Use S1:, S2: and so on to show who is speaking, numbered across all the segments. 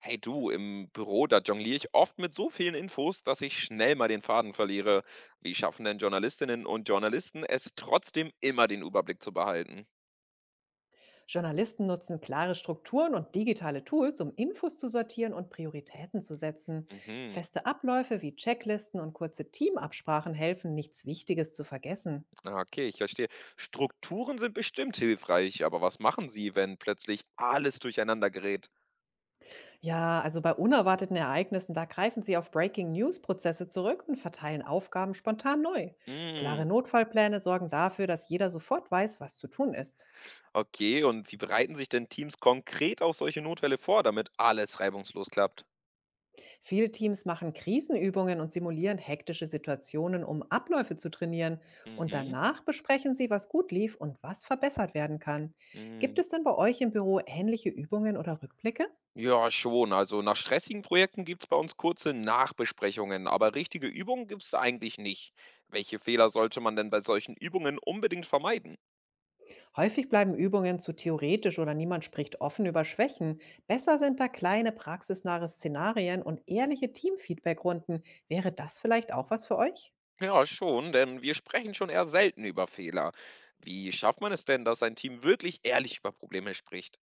S1: Hey du, im Büro, da jongliere ich oft mit so vielen Infos, dass ich schnell mal den Faden verliere. Wie schaffen denn Journalistinnen und Journalisten es trotzdem immer den Überblick zu behalten?
S2: Journalisten nutzen klare Strukturen und digitale Tools, um Infos zu sortieren und Prioritäten zu setzen.
S1: Mhm.
S2: Feste Abläufe wie Checklisten und kurze Teamabsprachen helfen, nichts Wichtiges zu vergessen.
S1: Ah, okay, ich verstehe. Strukturen sind bestimmt hilfreich, aber was machen sie, wenn plötzlich alles durcheinander gerät?
S2: Ja, also bei unerwarteten Ereignissen, da greifen sie auf Breaking News-Prozesse zurück und verteilen Aufgaben spontan neu. Klare
S1: Hm,
S2: Notfallpläne sorgen dafür, dass jeder sofort weiß, was zu tun ist.
S1: okay, und wie bereiten sich denn Teams konkret auf solche Notfälle vor, damit alles reibungslos klappt?
S2: Viele Teams machen Krisenübungen und simulieren hektische Situationen, um Abläufe zu trainieren. Und
S1: Mhm.
S2: danach besprechen sie, was gut lief und was verbessert werden kann. Gibt
S1: Mm.
S2: es denn bei euch im Büro ähnliche Übungen oder Rückblicke?
S1: Ja, schon. Also nach stressigen Projekten gibt es bei uns kurze Nachbesprechungen, aber richtige Übungen gibt es da eigentlich nicht. Welche Fehler sollte man denn bei solchen Übungen unbedingt vermeiden?
S2: Häufig bleiben Übungen zu theoretisch oder niemand spricht offen über Schwächen. Besser sind da kleine praxisnahe Szenarien und ehrliche Teamfeedbackrunden. Wäre das vielleicht auch was für euch?
S1: Ja, schon, denn wir sprechen schon eher selten über Fehler. Wie schafft man es denn, dass ein Team wirklich ehrlich über Probleme spricht?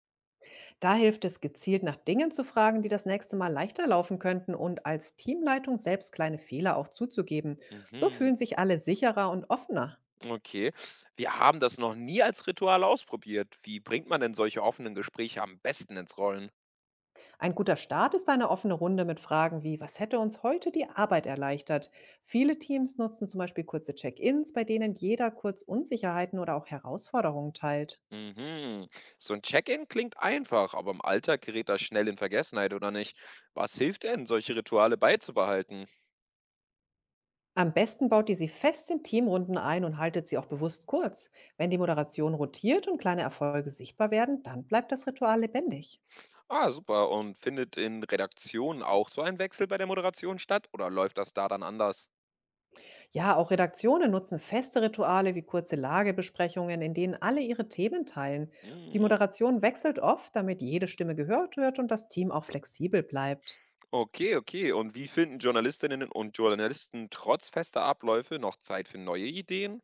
S2: Da hilft es, gezielt nach Dingen zu fragen, die das nächste Mal leichter laufen könnten und als Teamleitung selbst kleine Fehler auch zuzugeben. So
S1: Mhm,
S2: fühlen sich alle sicherer und offener.
S1: okay. Wir haben das noch nie als Ritual ausprobiert. Wie bringt man denn solche offenen Gespräche am besten ins Rollen?
S2: Ein guter Start ist eine offene Runde mit Fragen wie, was hätte uns heute die Arbeit erleichtert? Viele Teams nutzen zum Beispiel kurze Check-ins, bei denen jeder kurz Unsicherheiten oder auch Herausforderungen teilt.
S1: Mhm. So ein Check-in klingt einfach, aber im Alltag gerät das schnell in Vergessenheit, oder nicht? Was hilft denn, solche Rituale beizubehalten?
S2: Am besten baut ihr sie fest in Teamrunden ein und haltet sie auch bewusst kurz. Wenn die Moderation rotiert und kleine Erfolge sichtbar werden, dann bleibt das Ritual lebendig.
S1: Ah, super. Und findet in Redaktionen auch so ein Wechsel bei der Moderation statt oder läuft das da dann anders?
S2: Ja, auch Redaktionen nutzen feste Rituale wie kurze Lagebesprechungen, in denen alle ihre Themen teilen. Die
S1: Hm.
S2: Moderation wechselt oft, damit jede Stimme gehört wird und das Team auch flexibel bleibt.
S1: Okay, okay. Und wie finden Journalistinnen und Journalisten trotz fester Abläufe noch Zeit für neue Ideen?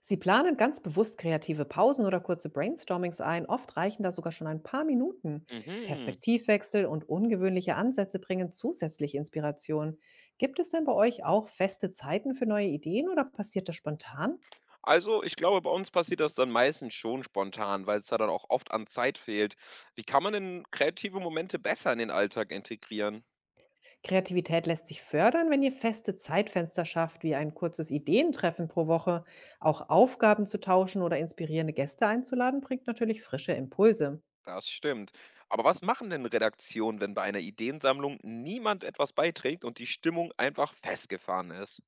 S2: Sie planen ganz bewusst kreative Pausen oder kurze Brainstormings ein. Oft reichen da sogar schon ein paar Minuten.
S1: Mhm.
S2: Perspektivwechsel und ungewöhnliche Ansätze bringen zusätzlich Inspiration. Gibt es denn bei euch auch feste Zeiten für neue Ideen oder passiert das spontan?
S1: Also, ich glaube, bei uns passiert das dann meistens schon spontan, weil es da dann auch oft an Zeit fehlt. Wie kann man denn kreative Momente besser in den Alltag integrieren?
S2: Kreativität lässt sich fördern, wenn ihr feste Zeitfenster schafft, wie ein kurzes Ideentreffen pro Woche. Auch Aufgaben zu tauschen oder inspirierende Gäste einzuladen, bringt natürlich frische Impulse.
S1: Das stimmt. Aber was machen denn Redaktionen, wenn bei einer Ideensammlung niemand etwas beiträgt und die Stimmung einfach festgefahren ist?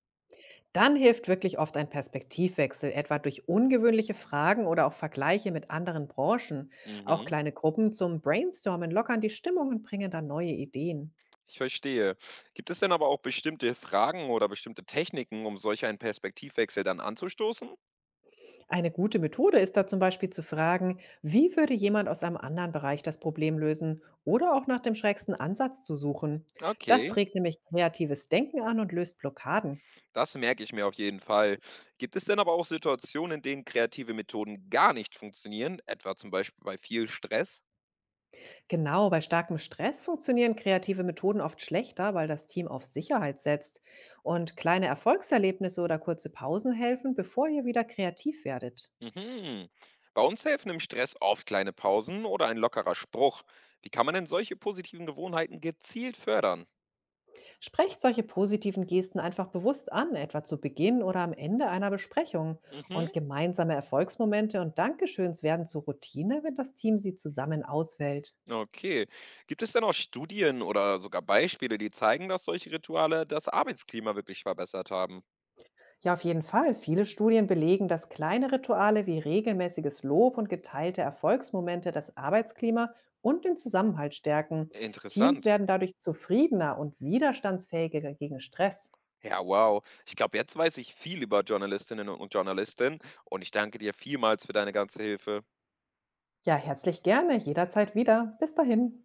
S2: Dann hilft wirklich oft ein Perspektivwechsel, etwa durch ungewöhnliche Fragen oder auch Vergleiche mit anderen Branchen. Auch
S1: Mhm,
S2: kleine Gruppen zum Brainstormen lockern die Stimmung und bringen dann neue Ideen.
S1: ich verstehe. Gibt es denn aber auch bestimmte Fragen oder bestimmte Techniken, um solch einen Perspektivwechsel dann anzustoßen?
S2: Eine gute Methode ist da zum Beispiel zu fragen, wie würde jemand aus einem anderen Bereich das Problem lösen oder auch nach dem schrägsten Ansatz zu suchen.
S1: Okay.
S2: Das regt nämlich kreatives Denken an und löst Blockaden.
S1: Das merke ich mir auf jeden Fall. Gibt es denn aber auch Situationen, in denen kreative Methoden gar nicht funktionieren, etwa zum Beispiel bei viel Stress?
S2: Genau, bei starkem Stress funktionieren kreative Methoden oft schlechter, weil das Team auf Sicherheit setzt. Und kleine Erfolgserlebnisse oder kurze Pausen helfen, bevor ihr wieder kreativ werdet.
S1: Mhm. Bei uns helfen im Stress oft kleine Pausen oder ein lockerer Spruch. Wie kann man denn solche positiven Gewohnheiten gezielt fördern?
S2: Sprecht solche positiven Gesten einfach bewusst an, etwa zu Beginn oder am Ende einer Besprechung.
S1: Mhm.
S2: Und gemeinsame Erfolgsmomente und Dankeschöns werden zur Routine, wenn das Team sie zusammen auswählt.
S1: Okay. Gibt es denn auch Studien oder sogar Beispiele, die zeigen, dass solche Rituale das Arbeitsklima wirklich verbessert haben?
S2: Ja, auf jeden Fall. Viele Studien belegen, dass kleine Rituale wie regelmäßiges Lob und geteilte Erfolgsmomente das Arbeitsklima und den Zusammenhalt stärken. Teams
S1: Interessant.
S2: werden dadurch zufriedener und widerstandsfähiger gegen Stress.
S1: Ja, wow. Ich glaube, jetzt weiß ich viel über Journalistinnen und Journalisten und ich danke dir vielmals für deine ganze Hilfe.
S2: Ja, herzlich gerne, jederzeit wieder. Bis dahin.